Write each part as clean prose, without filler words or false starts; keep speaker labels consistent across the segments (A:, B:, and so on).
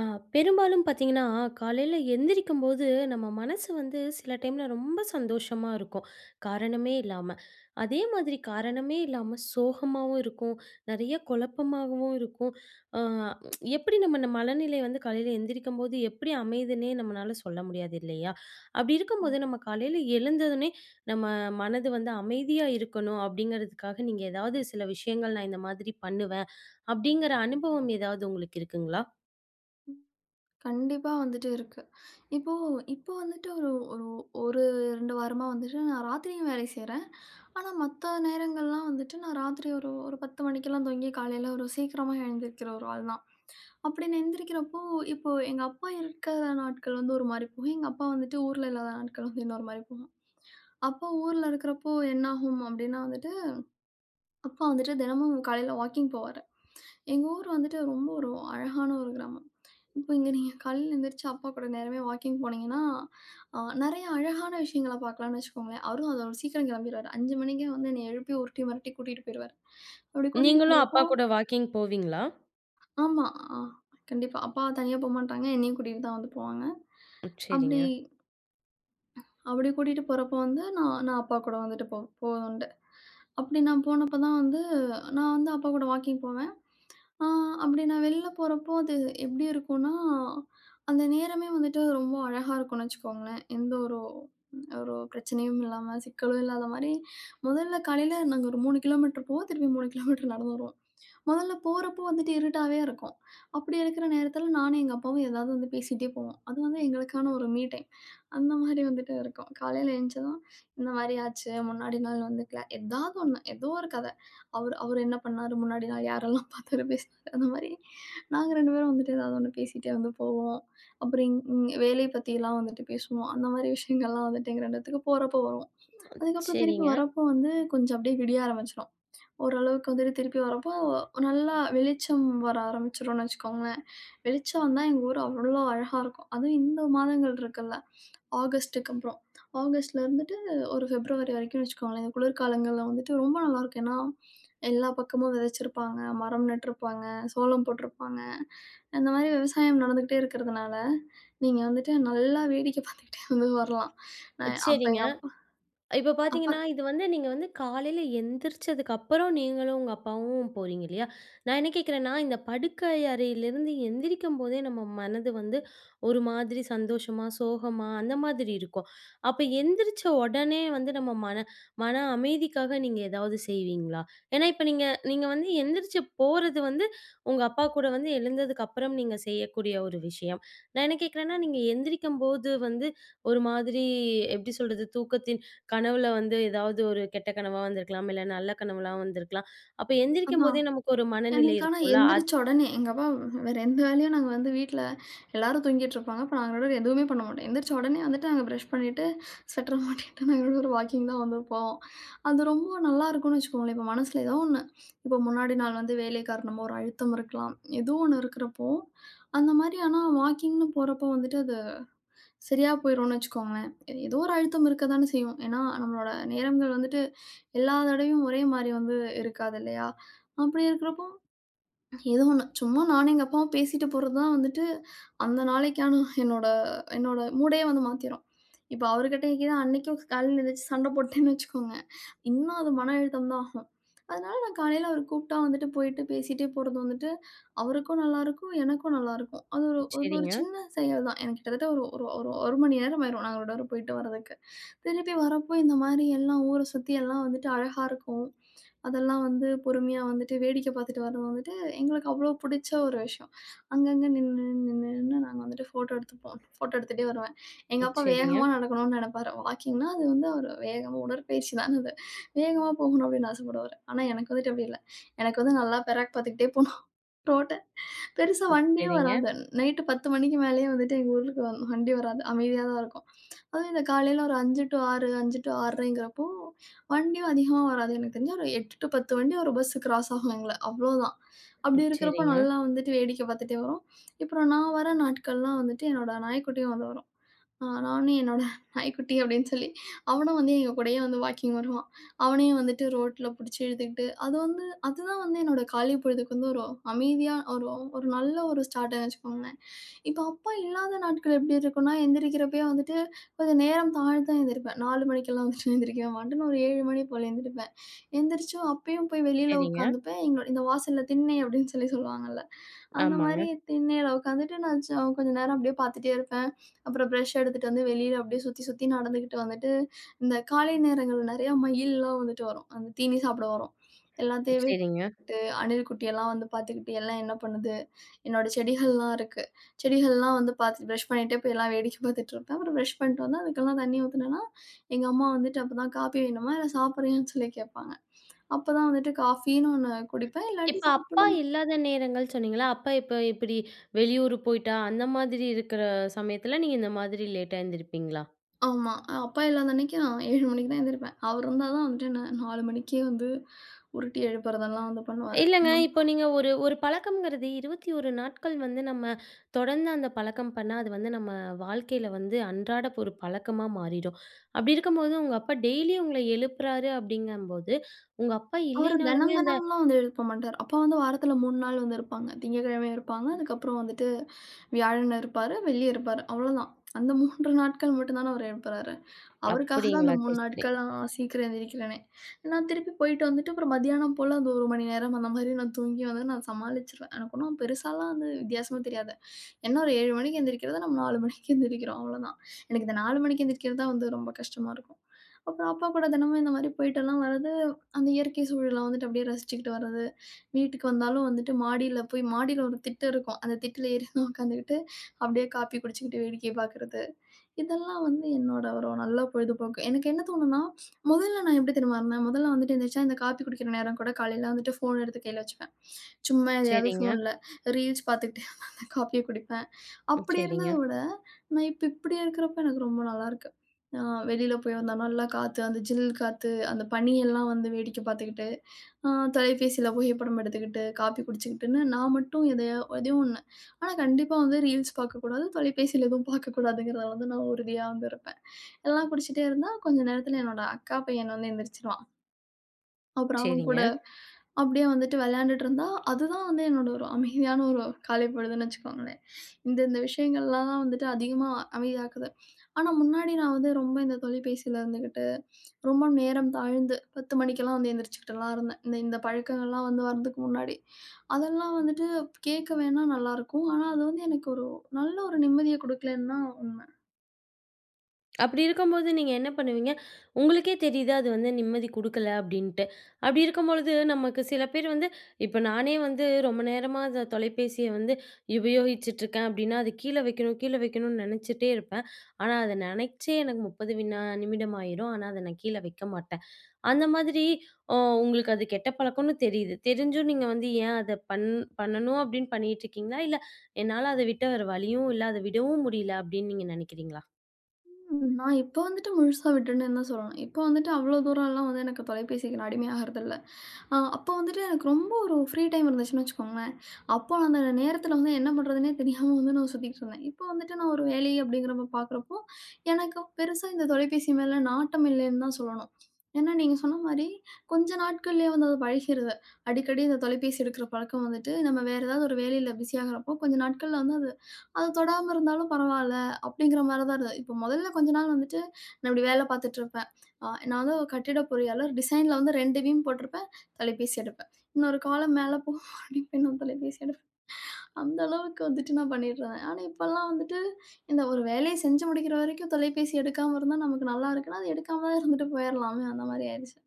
A: ஆ, பெரும்பாலும் பார்த்தீங்கன்னா, காலையில எந்திரிக்கும்போது நம்ம மனசு வந்து சில டைம்ல ரொம்ப சந்தோஷமா இருக்கும். காரணமே இல்லாம. அதே மாதிரி காரணமே இல்லாம சோகமாவும் இருக்கும். நெறைய குழப்பமாகவும் இருக்கும். அ எப்படி நம்ம இந்த மனநிலை வந்து காலையில எந்திரிக்கும்போது எப்படி அமையுதுன்னே நம்மனால சொல்ல முடியாது இல்லையா? அப்படி இருக்கும்போது நம்ம
B: ம்.
A: காலையில எழுந்ததுனே நம்ம மனது வந்து அமைதியா இருக்கணும் அப்படிங்கிறதுக்காக நீங்க ஏதாவது சில விஷயங்கள் நான் இந்த மாதிரி பண்ணுவேன் அப்படிங்கிற அனுபவம் ஏதாவது உங்களுக்கு இருக்குங்களா?
B: கண்டிப்பா வந்துட்டு இருக்கு. இப்போ இப்போ வந்துட்டு ஒரு ஒரு ஒரு 2 வாரமா வந்துட்டு நான் ராத்திரியும் வேலை செய்றேன். ஆனா, மத்த நேரங்கள்லாம் வந்துட்டு நான் ராத்திரி ஒரு ஒரு 10 மணிக்கெல்லாம் தூங்கி காலையில ஒரு சீக்கிரமா எழுந்திரிக்கிற ஒரு ஆள் தான். அப்படி நான் எந்திரிக்கிறப்போ, இப்போ எங்க அப்பா இருக்கிற நாட்கள் வந்து ஒரு மாரி போகும். எங்க அப்பா வந்துட்டு ஊர்ல இல்லாத நாட்கள் வந்து இன்னொரு மாரி போகும். அப்பா ஊர்ல இருக்கிறப்போ என்ன ஆகும் அப்படின்னா வந்துட்டு அப்பா வந்துட்டு தினமும் காலையில வாக்கிங் போவாரு. எங்க ஊர் வந்துட்டு ரொம்ப ஒரு அழகான ஒரு கிராமம். இப்போ இங்க நீங்க காலையில எந்திரிச்சு அப்பா கூட நேரமே வாக்கிங் போனீங்கன்னா, நெறைய அழகான விஷயங்கள பார்க்கலாம்னு வச்சுக்கோங்களேன். அவரும் அது அவரு சீக்கிரம் கெளம்பிருவாரு. 5 மணிக்கே வந்து என்னைய எழுப்பி உருட்டி மிரட்டி கூட்டிட்டு போயிருவாரு. அப்படி கூட்டிட்டு
A: நீங்களும் அப்பா
B: போறப்போ
A: கூட வாக்கிங் போவீங்களா?
B: ஆமா. அ கண்டிப்பா. அப்பா தனியா போமாட்டாங்க. என்னையும் கூட்டிட்டு தான் வந்து போவாங்க.
A: ம், சரிங்க,
B: அப்படி அப்படி கூட்டிட்டு போறப்போ வந்து நான் நான் அப்பா கூட வந்துட்டு போனதுண்டு. அப்படி நான் போனப்போ தான் வந்து நான் வந்து அப்பா கூட வாக்கிங் போவேன். ஆ அப்படி நான் வெளில போறப்போ அது எப்படி இருக்கும்னா, அந்த நேரமே வந்துட்டு ரொம்ப அழகா இருக்கும்னு வச்சுக்கோங்களேன். எந்த ஒரு ஒரு பிரச்சனையும் இல்லாம, சிக்கலும் இல்லாத மாரி, முதல்ல காலையில நாங்க ஒரு 3 கிலோமீட்டர் போவோம். திருப்பி 3 கிலோமீட்டர் நடந்து வருவோம். முதல்ல போறப்போ வந்துட்டு இருட்டாவே இருக்கும். அப்படி இருக்கிற நேரத்தில நானும் எங்க அப்பாவும் ஏதாவது வந்து பேசிட்டே போவோம். அது வந்து எங்களுக்கான ஒரு மீ டைம். அந்த மாதிரி வந்துட்டு இருக்கும். காலையில எழுஞ்சதும் இந்த மாரி ஆச்சு. முன்னாடி நாள் வந்து கிளா ஏதாவது ஒண்ணு. ஏதோ ஒரு கதை. அவரு அவரு என்ன பண்ணாரு, முன்னாடி நாள் யாரெல்லாம் பார்த்தாரு, பேசினாரு அந்த மாரி நாங்க 2 பேரும் வந்துட்டு ஏதாவது ஒண்ணு பேசிட்டே வந்து போவோம். அப்புறம் இங் இங் வேலை பத்திலாம் வந்துட்டு பேசுவோம். அந்த மாரி விஷயங்கள்லாம் வந்துட்டு எங்க 2 பேத்துக்கு போறப்போ வரும். அதுக்கப்புறம் திருப்பி
A: சரிங்க,
B: வரப்போ வந்து கொஞ்சம் அப்படியே விடிய ஆரம்பிச்சுரும். ஓரளவுக்கு வந்துட்டு திருப்பி வரப்போ, நல்லா வெளிச்சம் வர ஆரம்பிச்சுரும்னு வச்சுக்கோங்களேன். வெளிச்சம் வந்தா எங்க ஊர் அவ்வளோ அழகா இருக்கும். அதுவும் இந்த மாதங்கள் இருக்குல்ல, ஆகஸ்ட்டுக்கு அப்புறம். ஆகஸ்ட்ல இருந்துட்டு ஒரு பிப்ரவரி வரைக்கும்னு வச்சுக்கோங்களேன். இந்த குளிர்காலங்கள்ல வந்துட்டு ரொம்ப நல்லாயிருக்கும். ஏன்னா, எல்லா பக்கமும் விதைச்சிருப்பாங்க, மரம் நட்டிருப்பாங்க, சோளம் போட்டிருப்பாங்க. இந்த மாரி விவசாயம் நடந்துகிட்டே இருக்கிறதுனால, நீங்க வந்துட்டு நல்லா வேடிக்கை பார்த்துக்கிட்டே வந்து வரலாம். நான் அப்ப
A: சரிங்க.
B: எங்க அப்பா
A: இப்ப
B: அப்பா
A: பார்த்தீங்கன்னா, இது வந்து நீங்க வந்து காலையில எந்திரிச்சதுக்கு அப்புறம் நீங்களும் உங்க அப்பாவும் போறீங்க இல்லையா? நான் என்ன கேட்கிறேன்னா, இந்த படுக்கை அறையிலிருந்து எந்திரிக்கும் போதே நம்ம மனது வந்து ஒரு மாதிரி சந்தோஷமா, சோகமா அந்த மாதிரி இருக்கும். அப்ப எந்திரிச்ச உடனே வந்து நம்ம மன மன அமைதிக்காக நீங்க ஏதாவது செய்வீங்களா? ஏன்னா இப்ப நீங்க நீங்க வந்து எந்திரிச்சு போறது வந்து உங்க அப்பா கூட வந்து எழுந்ததுக்கு அப்புறம் நீங்க செய்யக்கூடிய ஒரு விஷயம். நான் என்ன கேட்கிறேன்னா, நீங்க எந்திரிக்கும்போது வந்து ஒரு மாதிரி எப்படி சொல்றது? தூக்கத்தின் கனவுல வந்து ஏதாவது ஒரு கெட்ட கனவா வந்திருக்கலாம். இல்ல நல்ல கனவுலா வந்திருக்கலாம். அப்ப எந்திரிக்கும்
B: அதான்.
A: போதே நமக்கு ஒரு மனநிலை
B: எனக்கு ஆனா
A: இருக்கும்ல. அது
B: எந்திரிச்ச உடனே எங்க அப்பா வேற எந்த வேலையும் நாங்க வந்து வீட்ல எல்லாரும் தூங்கிட்டு இருப்பாங்க. அப்ப நாங்க 2 பேரும் எதுவுமே பண்ண மாட்டோம். எந்திரிச்ச உடனே வந்துட்டு நாங்க பிரஷ் பண்ணிட்டு, ஸ்வெட்டர மாட்டிட்டு நாங்க 2 பேரும் வாக்கிங் தான் வந்து போவோம். அது ரொம்ப நல்லா இருக்கும்னு வச்சுக்கோங்களேன். இப்ப மனசுல ஏதோ ஒண்ணு இப்ப முன்னாடி நாள் வந்து வேலை காரணமா ஒரு அழுத்தம் இருக்கலாம். ஏதோ ஒண்ணு இருக்கிறப்போ, அந்த மாரி ஆனா வாக்கிங்ன்னு போறப்போ வந்துட்டு அது சரியா போயிரும்னு வச்சுக்கோங்களேன். ஏதோ ஒரு அழுத்தம் இருக்க தானே செய்யும். ஏன்னா நம்மளோட நேரங்கள் வந்துட்டு எல்லா தடவையும் ஒரே மாரி வந்து இருக்காது இல்லையா? அப்படி இருக்கிறப்போ ஏதோ ஒண்ணு. சும்மா நானும் எங்க அப்பாவும் பேசிட்டு போறது தான் வந்துட்டு, அந்த நாளைக்கான என்னோட என்னோட மூடே வந்து மாத்திரும். இப்ப அவருகிட்ட எங்கேயும் அன்னைக்கும் காலையில எந்திரிச்சு சண்டை போட்டேன்னு வச்சுக்கோங்க, இன்னும் அது மன அழுத்தம் தான் ஆகும். அதனால நான் காலையில அவரு கூப்பிட்டா வந்துட்டு போயிட்டு பேசிட்டே போறது வந்துட்டு, அவருக்கும் நல்லாருக்கும், எனக்கும் நல்லாருக்கும். அது ஒரு
A: சரிங்க.
B: சின்ன செயல் தான். எனக்கு கிட்டத்தட்ட ஒரு ஒரு ஒரு 1 மணி நேரம் ஆயிரும் நாங்க 2 பேரும் போயிட்டு வரதுக்கு. திருப்பி வரப்போ இந்த மாரி எல்லாம் ஊர சுத்தி எல்லாம் வந்துட்டு அழகா இருக்கும். அதெல்லாம் வந்து பொறுமையா வந்துட்டு வேடிக்கை பார்த்துட்டு வரது வந்துட்டு எங்களுக்கு அவ்வளோ பிடிச்ச ஒரு விஷயம். அங்கங்க நின்னு நின்னு நின்னு நாங்க வந்துட்டு ஃபோட்டோ எடுத்துப்போம். ஃபோட்டோ எடுத்துட்டே வருவேன். எங்க
A: ம்.
B: அப்பா
A: சரிங்க.
B: வேகமா நடக்கணும்னு நெனைப்பாரு. வாக்கிங்னா அது வந்து அவரு வேகமா உடற்பயிற்சி தான அது. வேகமா போகணும் அப்படின்னு ஆசைப்படுவாரு. ஆனா எனக்கு வந்துட்டு அப்படி இல்ல. எனக்கு வந்து நல்லா பெராக் பார்த்துக்கிட்டே போணும். ரோட்ட. பெருசா வண்டியும்
A: சரிங்க.
B: வராது. நைட்டு 10 மணிக்கு மேலேயே வந்துட்டு எங்க ஊருக்கு வண்டி வராது. அமைதியா தான் இருக்கும். அதுவும் இந்த காலையில ஒரு 5 டூ 6, 5 டூ 6:30ங்கிறப்போ வண்டியும் அதிகமா வராது. எனக்கு தெரிஞ்சு ஒரு 8 டூ 10 வண்டி ஒரு பஸ் கிராஸ் ஆகும் எங்கள. அவ்வளோதான். அப்படி
A: ம்.
B: இருக்கிறப்போ
A: சரிங்க.
B: நல்லா வந்துட்டு வேடிக்கை பார்த்துட்டே வரும். அப்புறம் நான் வர நாட்கள்லாம் வந்துட்டு என்னோட நாய்க்குட்டியும் வந்து வரும். நானும் என்னோட நாய்க்குட்டி அப்படின்னு சொல்லி, அவனும் வந்து எங்க கூடயே வந்து வாக்கிங் வருவான். அவனையும் வந்துட்டு ரோட்ல புடிச்சு இழுத்துக்கிட்டு, அது வந்து அதுதான் வந்து என்னோட காலை பொழுதுக்கு வந்து ஒரு அமைதியா ஒரு ஒரு நல்ல ஒரு ஸ்டார்ட்டுன்னு வச்சுக்கோங்களேன். இப்போ அப்பா இல்லாத நாட்கள் எப்படி இருக்கும்னா, எந்திரிக்கிறப்பயே வந்துட்டு கொஞ்சம் நேரம் தாழ்த்தி தான் எந்திரிப்பேன். 4 மணிக்கெல்லாம் வந்துட்டு எந்திரிக்கவே மாட்டேன்னு ஒரு 7 மணி போல எந்திரிப்பேன். எந்திரிச்சு அப்பயும் போய் வெளியில
A: சரிங்க.
B: உட்காந்துப்பேன். எங்களோ இந்த வாசல்ல திண்ணை அப்படின்னு சொல்லி சொல்லுவாங்கல்ல, அந்த
A: ஆமாங்க.
B: மாரி திண்ணையில உட்காந்துட்டு நான் ச கொஞ்ச நேரம் அப்படியே பார்த்துட்டே இருப்பேன். அப்புறம் பிரஷ் எடுத்துட்டு வந்து வெளியில அப்படியே சுத்தி சுத்தி நடந்துகிட்டு வந்துட்டு, இந்த காலை நேரங்கள்ல நிறையா மயில்லாம் வந்துட்டு வரும். அந்த தீனி சாப்பிட வரும். எல்லாத்தையும்
A: சரிங்க.
B: வெட்டிட்டு அணில் குட்டியெல்லாம் வந்து பார்த்துக்கிட்டு, எல்லாம் என்ன பண்ணுது? என்னோட செடிகள்லாம் இருக்கு. செடிகள்லாம் வந்து பார்த்து பிரஷ் பண்ணிட்டே போய் எல்லாம் வேடிக்கை பார்த்துட்டுருப்பேன். அப்புறம் பிரஷ் பண்ணிட்டு வந்து அதுக்கெல்லாம் தண்ணி ஊத்துனேன்னா, எங்க அம்மா வந்துட்டு அப்பதான் "காப்பி வேணுமா? இல்ல சாப்பிடுறியான்னு?" சொல்லி கேட்பாங்க. அப்பதான் வந்துட்டு காஃபின்னு ஒண்ணு குடிப்பேன். இல்லாட்டி
A: இப்ப அப்பா
B: சாப்பிடணும்
A: இல்லாத நேரங்கள் சொன்னீங்களா? அப்பா இப்ப இப்பிடி வெளியூர் போயிட்டா, அந்த மாதிரி இருக்கிற சமயத்துல நீங்க இந்த மாதிரி லேட்டா எந்திரிப்பீங்களா?
B: ஆமா. அப்பா இல்லாத அன்னைக்கு நான் 7 மணிக்கு தான் எந்திரிப்பேன். அவர் இருந்தா தான் வந்துட்டு என்ன 4 மணிக்கே வந்து உருட்டி எழுப்புறதெல்லாம் வந்து பண்ணுவாரு.
A: இல்லங்க. இப்போ நீங்க ஒரு ஒரு பழக்கம்ங்கிறது 21 நாட்கள் வந்து நம்ம தொடர்ந்து அந்த பழக்கம் பண்ணா, அது வந்து நம்ம வாழ்க்கையில வந்து அன்றாட ஒரு பழக்கமா மாறிடும். அப்படி இருக்கும்போது, உங்க அப்பா டெய்லியும் உங்கள எழுப்புறாரு அப்படிங்கம்போது, உங்க அப்பா
B: அவரு
A: இல்லைனாலுமே
B: தெனம்
A: அந்த
B: தெனம்லாம் வந்து எழுப்ப மாட்டாரு. அப்பா வந்து வாரத்துல 3 நாள் வந்து இருப்பாங்க. திங்கட்கிழமை இருப்பாங்க. அதுக்கப்புறம் வந்துட்டு வியாழன் இருப்பாரு. வெள்ளி இருப்பாரு. அவ்வளோதான். அந்த 3 நாட்கள் மட்டும் தான அவரு எழுப்புறாரு. அவருக்காக தான்
A: அப்படிங்களா?
B: அந்த 3
A: சரி, சரி.
B: நாட்கள் நான் சீக்கிரம் எந்திரிக்கிறேனே. நான் திருப்பி போயிட்டு வந்துட்டு அப்புறம் மதியானம் போல அந்த 1 மணி நேரம் அந்த மாதிரி நான் தூங்கி வந்து நான் சமாளிச்சுருவேன். எனக்கு ஒன்னும் பெருசாலாம் வந்து வித்தியாசமா தெரியாது. என்ன ஒரு 7 மணிக்கு எந்திரிக்கிறத நம்ம 4 மணிக்கு எந்திரிக்கிறோம் அவ்வளோதான். எனக்கு இந்த 4 மணிக்கு எந்திரிக்கிறது தான் வந்து ரொம்ப கஷ்டமா இருக்கும். அப்புறம் அப்பா கூட தினமும் இந்த மாதிரி போயிட்டெல்லாம் வரது அந்த இயற்கை சூழல வந்துட்டு அப்படியே ரசிச்சுக்கிட்டு வர்றது. வீட்டுக்கு வந்தாலும் வந்துட்டு மாடியில போய் மாடியில ஒரு திட்டு இருக்கும். அந்த திட்டுல ஏறி உட்காந்துக்கிட்டு, அப்படியே காப்பி குடிச்சுக்கிட்டு வேடிக்கை பார்க்குறது. இதெல்லாம் வந்து என்னோட ஒரு நல்ல பொழுதுபோக்கு. எனக்கு என்ன தோணும்னா, முதல்ல நான் எப்படி தெரியுமா இருந்தேன்? முதல்ல வந்துட்டு எந்திரிச்சா, இந்த காப்பி குடிக்கிற நேரம் கூட காலையில வந்துட்டு ஃபோன் எடுத்து கையில வச்சுப்பேன். சும்மா எதையாவது
A: சரிங்க.
B: ஃபோன்ல ரீல்ஸ் பார்த்துக்கிட்டே அந்த காப்பிய குடிப்பேன்.
A: ம்.
B: அப்படி
A: சரிங்க,
B: இருந்தத விட, நான் இப்ப இப்படி இருக்கிறப்ப எனக்கு ரொம்ப நல்லாருக்கு. அ வெளியில போய் வந்தா நல்லா காத்து, அந்த ஜில் காத்து, அந்த பனியெல்லாம் வந்து வேடிக்கை பார்த்துக்கிட்டு, அ தொலைபேசியில புகைப்படம் எடுத்துக்கிட்டு, காப்பி குடிச்சுக்கிட்டுன்னு நான் மட்டும் எதையோ எதையோ ஒண்ணு ஆனா கண்டிப்பா வந்து ரீல்ஸ் பார்க்கக்கூடாது, தொலைபேசியில எதுவும் பார்க்கக்கூடாதுங்கிறதுல வந்து நான் உறுதியா வந்து இருப்பேன். எல்லாம் குடிச்சிட்டே இருந்தா கொஞ்ச நேரத்தில என்னோட அக்கா பையன் வந்து எந்திரிச்சுருவான். அப்புறம் அவன் கூட
A: சரிங்க.
B: அப்படியே வந்துட்டு விளையாண்டுட்டு இருந்தா, அதுதான் வந்து என்னோட ஒரு அமைதியான ஒரு காலை பொழுதுன்னு வச்சுக்கோங்களேன். இந்த இந்த விஷயங்கள்லாம் தான் வந்துட்டு அதிகமா அமைதியாக்குது. ஆனா முன்னாடி நான் வந்து ரொம்ப இந்த தொலைபேசியில இருந்துகிட்டு, ரொம்ப நேரம் தாழ்ந்து 10 மணிக்கெல்லாம் வந்து எந்திரிச்சுக்கிட்டுலாம் இருந்தேன். இந்த இந்த பழக்கங்கள்லாம் வந்து வரதுக்கு முன்னாடி. அதெல்லாம் வந்துட்டு கேட்க வேணா நல்லாயிருக்கும். ஆனா அது வந்து எனக்கு ஒரு நல்ல ஒரு நிம்மதிய குடுக்கலன்னு தான் உண்மை.
A: அப்படி இருக்கும்போது நீங்க என்ன பண்ணுவீங்க? உங்களுக்கே தெரியுது அது வந்து நிம்மதி குடுக்கல அப்படின்ட்டு. அப்படி இருக்கும்பொழுது நமக்கு சில பேர் வந்து இப்ப நானே வந்து ரொம்ப நேரமா அந்த தொலைபேசிய வந்து உபயோகிச்சுட்டுருக்கேன் அப்படின்னா, அது கீழ வைக்கணும், கீழ வைக்கணும்னு நெனச்சுட்டே இருப்பேன். ஆனா அத நெனைச்சே எனக்கு 30 வினா நிமிடம் ஆயிரும். ஆனா அத நான் கீழ வைக்க மாட்டேன். அந்த மாதிரி அ உங்களுக்கு அது கெட்ட பழக்கம்னு தெரியுது. தெரிஞ்சும் நீங்க வந்து ஏன் அத பண்ணணும் அப்படின்னு பண்ணிட்டுருக்கீங்களா? இல்ல என்னால அத விட்டு வேற வழியும் இல்ல, அத விடவும் முடியல அப்படின்னு நீங்க நெனைக்கிறீங்களா?
B: நான் இப்ப வந்துட்டு முழுசா விட்டுட்டேன்னு தான் சொல்லணும். இப்ப வந்துட்டு அவ்வளோ தூரம்லாம் வந்து எனக்கு தொலைபேசிக்கு நான் அடிமையாகறதில்ல. அப்போ வந்துட்டு எனக்கு ரொம்ப ஒரு ஃப்ரீ டைம் இருந்துச்சுன்னு வச்சுக்கோங்களேன். அப்போ அந்த நேரத்தில வந்து என்ன பண்ணுறதுன்னே தெரியாம வந்து நான் சுத்திட்டு இருந்தேன். இப்போ வந்துட்டு நான் ஒரு வேலை அப்படிங்கிறப்ப பார்க்குறப்போ, எனக்கு பெருசா இந்த தொலைபேசி மேல நாட்டம் இல்லைன்னு தான் சொல்லணும். ஏன்னா நீங்க சொன்ன மாரி கொஞ்ச நாட்கள்லயே வந்து அது பழகிருது. அடிக்கடி இந்த தொலைபேசி எடுக்கிற பழக்கம் வந்துட்டு நம்ம வேற ஏதாவது ஒரு வேலையில பிஸி ஆகுறப்போ, கொஞ்ச நாட்கள்ல வந்து அது அது தொடாம இருந்தாலும் பரவால்ல அப்படிங்கிற மாரி தான் இருந்தது. இப்போ முதல்ல கொஞ்ச நாள் வந்துட்டு நான் இப்படி வேலை பார்த்துட்டு இருப்பேன். நான் வந்து ஒரு கட்டிட பொறியாளர் டிசைன்ல வந்து 2 வீம் போட்டிருப்பேன். தொலைபேசி எடுப்பேன். இன்னொரு காலம் மேல போகும் அப்டின்னு நான் தொலைபேசி எடுப்பேன். அந்த அளவுக்கு வந்துட்டு நான் பண்ணிடுறேன். ஆனா இப்பலாம் வந்துட்டு இந்த ஒரு வேலைய செஞ்சு முடிக்கிற வரைக்கும் தொலைபேசி எடுக்காம இருந்தா நமக்கு நல்லா இருக்குன்னா, அது எடுக்காம தான் இருந்துட்டு போயிரலாமே அந்த மாரி ஆயிடுச்சு.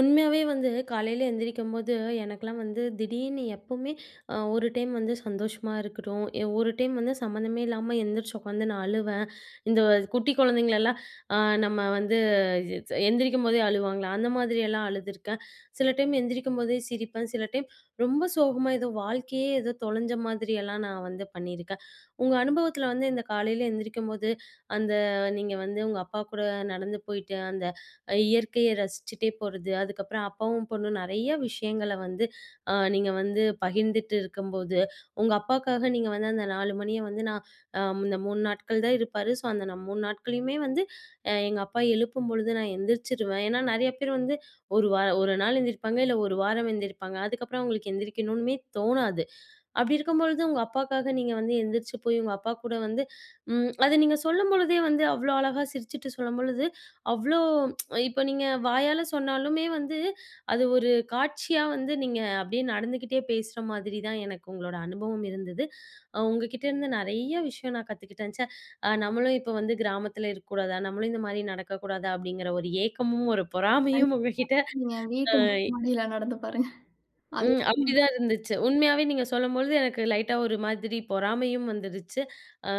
A: உண்மையாவே வந்து காலையில எந்திரிக்கும்போது, எனக்கெல்லாம் வந்து திடீர்னு எப்பவுமே ஒரு டைம் வந்து சந்தோஷமா இருக்கட்டும், ஒரு டைம் வந்து சம்மந்தமே இல்லாம எந்திரிச்சு உட்காந்து நான் அழுவேன். இந்த குட்டி குழந்தைங்களெல்லாம் அ நம்ம வந்து எந்திரிக்கும்போதே அழுவாங்கல்ல, அந்த மாதிரியெல்லாம் அழுதுருக்கேன். சில டைம் எந்திரிக்கும்போதே சிரிப்பேன். சில டைம் ரொம்ப சோகமா ஏதோ வாழ்க்கையே ஏதோ தொலைஞ்ச மாதிரியெல்லாம் நான் வந்து பண்ணியிருக்கேன். உங்க அனுபவத்தில வந்து இந்த காலையில எந்திரிக்கும்போது, அந்த நீங்க வந்து உங்க அப்பா கூட நடந்து போயிட்டு, அந்த இயற்கைய ரசிச்சுட்டே போறது. அதுக்கப்புறம் அப்பாவும் பொண்ணும் நெறைய விஷயங்கள வந்து நீங்க வந்து பகிர்ந்துட்டு இருக்கும்போது, உங்க அப்பாக்காக நீங்க வந்து அந்த 4 மணிய வந்து நான் இந்த 3 நாட்கள் தான் இருப்பாரு. ஸோ, அந்த நான் 3 நாட்களையுமே வந்து எங்க அப்பா எழுப்பும் பொழுது நான் எந்திரிச்சுருவேன். ஏன்னா, நெறைய பேர் வந்து ஒரு வார 1 நாள் எந்திரிப்பாங்க, இல்ல 1 வாரம் எந்திரிப்பாங்க. அதுக்கப்புறம் அவங்களுக்கு எந்திரிக்கணும்னுமே தோணாது. அப்படி இருக்கும் பொழுது உங்க அப்பாக்காக நீங்க வந்து எந்திரிச்சு போய் உங்க அப்பா கூட வந்து ம் அத நீங்க சொல்லும் பொழுதே வந்து அவ்ளோ அழகா சிரிச்சுட்டு சொல்லும் பொழுது, அவ்ளோ இப்ப நீங்க வாயால சொன்னாலுமே வந்து, அது ஒரு காட்சியா வந்து நீங்க அப்படியே நடந்துக்கிட்டே பேசுற மாதிரி தான் எனக்கு உங்களோட அனுபவம் இருந்தது. உங்ககிட்ட இருந்து நெறைய விஷயம் நான் கத்துக்கிட்டேன். ச்சே! நம்மளும் இப்ப வந்து கிராமத்துல இருக்கக்கூடாதா? நம்மளும் இந்த மாரி நடக்கக்கூடாதா? அப்படிங்கிற ஒரு ஏக்கமும், ஒரு பொறாமையும்
B: கண்டிப்பா
A: உங்ககிட்ட
B: நீங்க வீட்டு
A: அ
B: மொட்ட மாடியில நடந்து பாருங்க.
A: ம்.
B: அதையாவது
A: அப்படிதான் இருந்துச்சு. உண்மையாவே நீங்க சொல்லும்பொழுது எனக்கு லைட்டா ஒரு மாதிரி பொறாமையும் வந்துடுச்சு. அ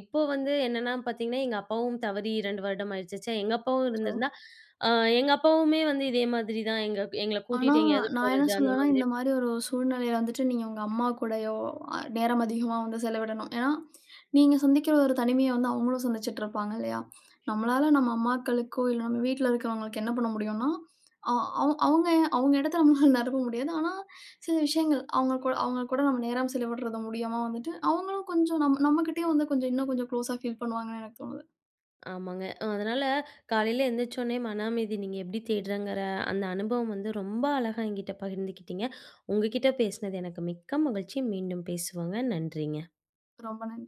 A: இப்போ வந்து என்னன்னா பார்த்தீங்கன்னா, எங்க அப்பாவும் தவறி 2 வருடம் ஆயிடுச்சு. ச்சே! எங்க அப்பாவும் இருந்திருந்தா அ எங்க அப்பாவுமே வந்து இதே மாதிரி தான் எங்கள
B: ஆனா,
A: கூட்டிட்டு எங்கேயாவது
B: நான் என்ன
A: போறது அந்த
B: சொல்லுவேன்னா,
A: மாதிரி.
B: இந்த மாரி ஒரு சூழ்நிலையில வந்துட்டு நீங்க உங்க அம்மா கூடயோ, நேரம் அதிகமா வந்து செலவிடணும். ஏன்னா, நீங்க சந்திக்கிற ஒரு தனிமைய வந்து அவங்களும் சந்திச்சுட்டு இருப்பாங்க இல்லையா? நம்மளால நம்ம அம்மாக்களுக்கோ, இல்ல நம்ம வீட்ல இருக்கிறவங்களுக்கு என்ன பண்ண முடியும்னா, அ அவ் அவங்க அவங்க இடத்த நம்மளால நிரப்ப முடியாது. ஆனா, சில விஷயங்கள் அவங்க கூட நம்ம நேரம் செலவிடுறது மூலியமா வந்துட்டு, அவங்களும் கொஞ்சம் நம்மகிட்டயும் வந்து கொஞ்சம் இன்னும் கொஞ்சம் க்ளோஸா ஃபீல் பண்ணுவாங்கன்னு எனக்கு தோணுது.
A: ஆமாங்க. அதனால காலையில எந்திரிச்சோனே மன அமைதி நீங்க எப்படி தேடுறங்கிற அந்த அனுபவம் வந்து ரொம்ப அழகா என்கிட்ட பகிர்ந்துக்கிட்டீங்க. உங்ககிட்ட பேசினது எனக்கு மிக்க மகிழ்ச்சி. மீண்டும் பேசுவோங்க. நன்றிங்க.
B: ரொம்ப ந